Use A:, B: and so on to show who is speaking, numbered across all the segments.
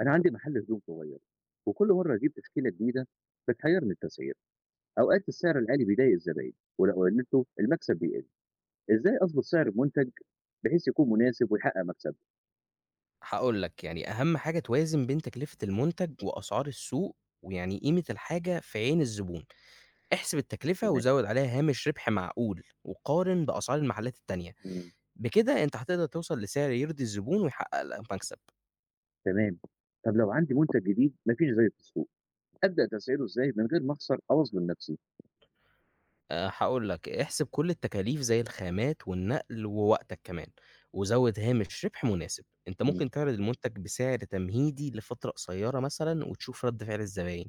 A: أنا عندي محل هدوم صغير وكل مرة أجيب تشكيلة جديدة بتحيرني التسعير، أوقات السعر العالي بيضايق الزباين ولو قللته المكسب بيقل، إزاي أظبط سعر المنتج بحيث يكون مناسب ويحقق مكسب؟
B: هاقول لك، يعني أهم حاجة توازن بين تكلفة المنتج وأسعار السوق، ويعني قيمة الحاجة في عين الزبون. احسب التكلفة
A: تمام.
B: وزوِّد عليها هامش ربح معقول، وقارن بأسعار المحلات التانية.
A: مم.
B: بكده أنت هتقدر توصل لسعر يرضي الزبون ويحقق لك مكسب.
A: تمام. طب لو عندي منتج جديد مفيش زي في السوق، أبدأ تسعيره إزاي من غير ما أخسر أو أظلم نفسي؟
B: هاقول لك، احسب كل التكاليف زي الخامات والنقل ووقتك كمان، وزوِّد هامش ربح مناسب. أنت
A: مم.
B: ممكن تعرض المنتج بسعر تمهيدي لفترة قصيرة مثلًا وتشوف رد فعل الزباين.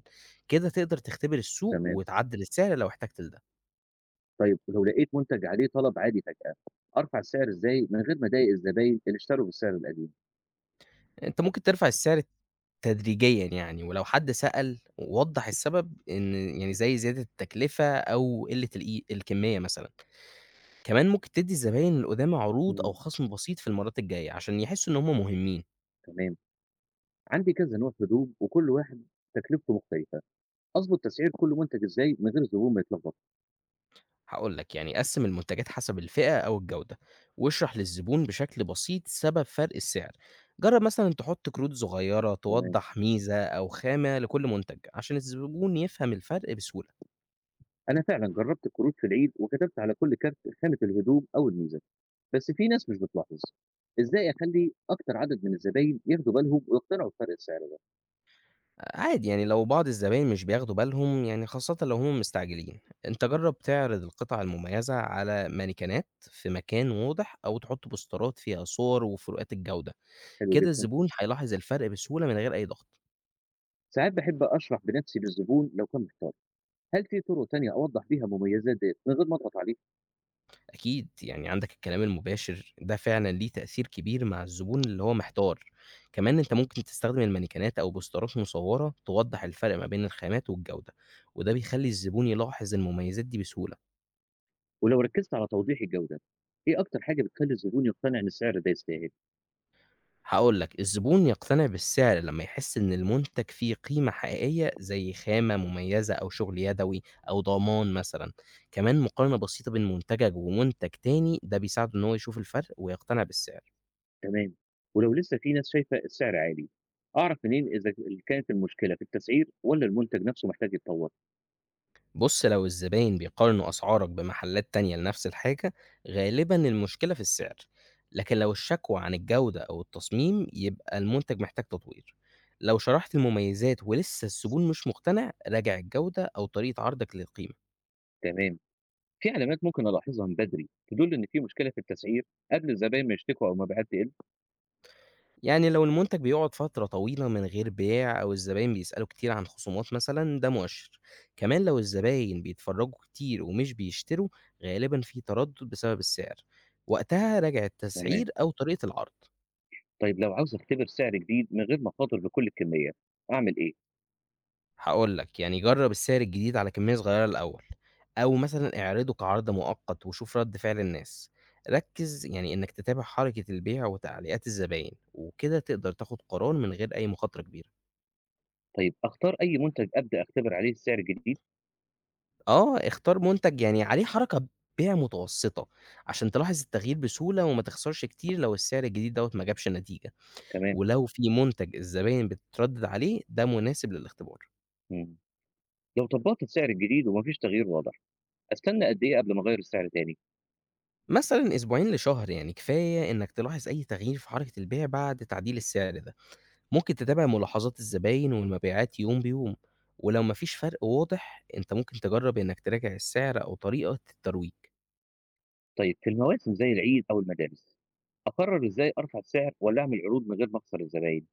B: كده تقدر تختبر السوق
A: تمام.
B: وتعدل السعر لو احتجت لده.
A: طيب ولو لقيت منتج عليه طلب عالي فجأة أرفع السعر إزاي من غير ما أضايق الزباين اللي اشتروا بالسعر القديم؟
B: أنت ممكن ترفع السعر تدريجيًا يعني، ولو حد سأل وضّح السبب إن يعني زي زيادة التكلفة أو قلة الكمية مثلًا، كمان ممكن تدّي الزباين القدامى عروض أو
A: مم.
B: خصم بسيط في المرات الجاية عشان يحسّوا إن هم مهمين.
A: تمام. عندي كذا نوع هدوم وكل واحد تكلفته مختلفة، أضبط تسعير كل منتج إزاي من غير الزبون ما يتلخبط،
B: هاقول لك يعني قسّم المنتجات حسب الفئة أو الجودة، واشرح للزبون بشكل بسيط سبب فرق السعر. جرّب مثلًا تحط كروت صغيرة
A: تمام،
B: توضّح ميزة أو خامة لكل منتج عشان الزبون يفهم الفرق بسهولة.
A: أنا فعلًا جربت الكروت في العيد وكتبت على كل كارت خانة الهدوم أو الميزان، بس في ناس مش بتلاحظ، إزاي أخلي أكتر عدد من الزباين ياخدوا بالهم ويقتنعوا بفرق السعر ده؟
B: عادي يعني لو بعض الزباين مش بياخدوا بالهم يعني خاصة لو هم مستعجلين، انت جرب تعرض القطع المميزة على مانيكانات في مكان واضح او تحط بوسترات فيها صور وفروقات الجودة.
A: حلو
B: كده
A: جدًا.
B: الزبون هيلاحظ الفرق بسهولة من غير اي ضغط.
A: ساعات باحب أشرح بنفسي للزبون لو كان محتار، هل في طرق تانية أوضح بيها المميزات ديّة من غير ما أضغط عليه؟
B: اكيد يعني عندك الكلام المباشر ده فعلا ليه تأثير كبير مع الزبون اللي هو محتار. كمان انت ممكن تستخدم المانيكانات او بوسترات مصورة توضح الفرق ما بين الخامات والجودة، وده بيخلي الزبون يلاحظ المميزات دي بسهولة.
A: ولو ركزت على توضيح الجودة، إيه أكتر حاجة بتخلي الزبون يقتنع إن السعر ده يستاهل؟
B: هاقول لك، الزبون يقتنع بالسعر لمّا يحس إن المنتج فيه قيمة حقيقية زي خامة مميزة أو شغل يدوي أو ضمان مثلًا، كمان مقارنة بسيطة بين منتجك ومنتج تاني ده بيساعده إن هو يشوف الفرق ويقتنع بالسعر.
A: تمام. ولو لسه في ناس شايفة السعر عالي، أعرف منين إذا كانت المشكلة في التسعير ولا المنتج نفسه محتاج يتطور؟
B: بُص، لو الزباين بيقارنوا أسعارك بمحلات تانية لنفس الحاجة، غالبًا المشكلة في السعر، لكن لو الشكوى عن الجودة أو التصميم يبقى المنتج محتاج تطوير. لو شرحت المميزات ولسه الزبون مش مقتنع، راجع الجودة أو طريقة عرضك للقيمة.
A: تمام. في علامات ممكن ألاحظها من بدري تدل إن في مشكلة في التسعير قبل الزباين ما يشتكوا أو المبيعات تقل؟
B: يعني لو المنتج بيقعد فترة طويلة من غير بيع أو الزباين بيسألوا كتير عن خصومات مثلا ده مؤشر. كمان لو الزباين بيتفرجوا كتير ومش بيشتروا غالبا في تردد بسبب السعر، وقتها راجع
A: تمام.
B: التسعير أو طريقة العرض.
A: طيب لو عاوز أختبر سعر جديد من غير ما أخاطر بكل الكمية، أعمل إيه؟
B: هقول لك يعني جرب السعر الجديد على كمية صغيرة الأول أو مثلا اعرضه كعرض مؤقت وشوف رد فعل الناس. ركز يعني إنك تتابع حركة البيع وتعليقات الزباين وكده تقدر تاخد قرار من غير أي مخاطرة كبيرة.
A: طيب أختار أي منتج أبدأ أختبر عليه السعر الجديد؟
B: آه، اختار منتج يعني عليه حركة بيع متوسطة، عشان تلاحظ التغيير بسهولة وما تخسرش كتير لو السعر الجديد دوّة ما جابش نتيجة،
A: تمام.
B: ولو في منتج الزباين بتتردد عليه ده مناسب للاختبار.
A: مم. لو طبقت السعر الجديد ومفيش تغيير واضح، أستنى قد إيه قبل ما أغير السعر تاني؟
B: مثلًا أسبوعين لشهر يعني كفاية إنك تلاحظ أي تغيير في حركة البيع بعد تعديل السعر ده، ممكن تتابع ملاحظات الزباين والمبيعات يوم بيوم، ولو ما فيش فرق واضح أنت ممكن تجرب إنك تراجع السعر أو طريقة الترويج.
A: طيب في المواسم زي العيد أو المدارس، أقرر إزاي أرفع السعر والّا أعمل عروض من غير ما أخسر الزباين؟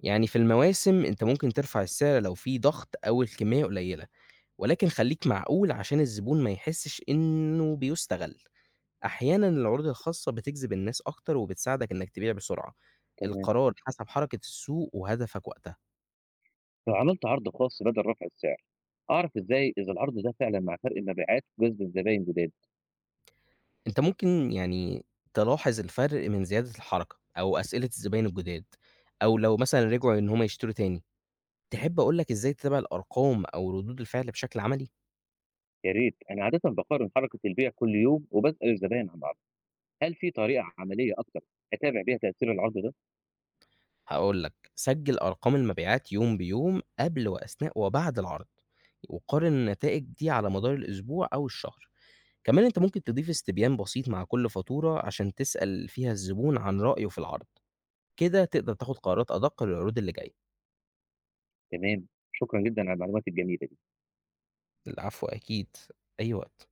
B: يعني في المواسم أنت ممكن ترفع السعر لو في ضغط أو الكمية قليلة. ولكن خلّيك معقول عشان الزبون ما يحسّش إنه بيُستغل. أحيانًا العروض الخاصة بتجذب الناس أكتر وبتساعدك إنك تبيع بسرعة.
A: تمام.
B: القرار حسب حركة السوق وهدفك وقتها.
A: لو عملت عرض خاص بدل رفع السعر، أعرف إزاي إذا العرض ده فعلًا مع فرق المبيعات وجذب الزباين جداد؟
B: أنت ممكن يعني تلاحظ الفرق من زيادة الحركة أو أسئلة الزباين الجداد أو لو مثلًا رجعوا إن هم يشتروا تاني. تحب أقول لك إزاي تتابع الأرقام أو ردود الفعل بشكل عملي؟
A: يا ريت. أنا عادةً باقارن حركة البيع كل يوم وباسأل الزباين عن العرض، هل في طريقة عملية أكتر أتابع بيها تأثير العرض ده؟
B: هاقول لك، سجّل أرقام المبيعات يوم بيوم قبل وأثناء وبعد العرض، وقارن النتائج دي على مدار الأسبوع أو الشهر. كمان أنت ممكن تضيف استبيان بسيط مع كل فاتورة عشان تسأل فيها الزبون عن رأيه في العرض، كده تقدر تاخد قرارات أدق للعروض اللي جاية.
A: تمام، شكرًا جدًا على المعلومات الجميلة دي.
B: العفو أكيد، أي وقت.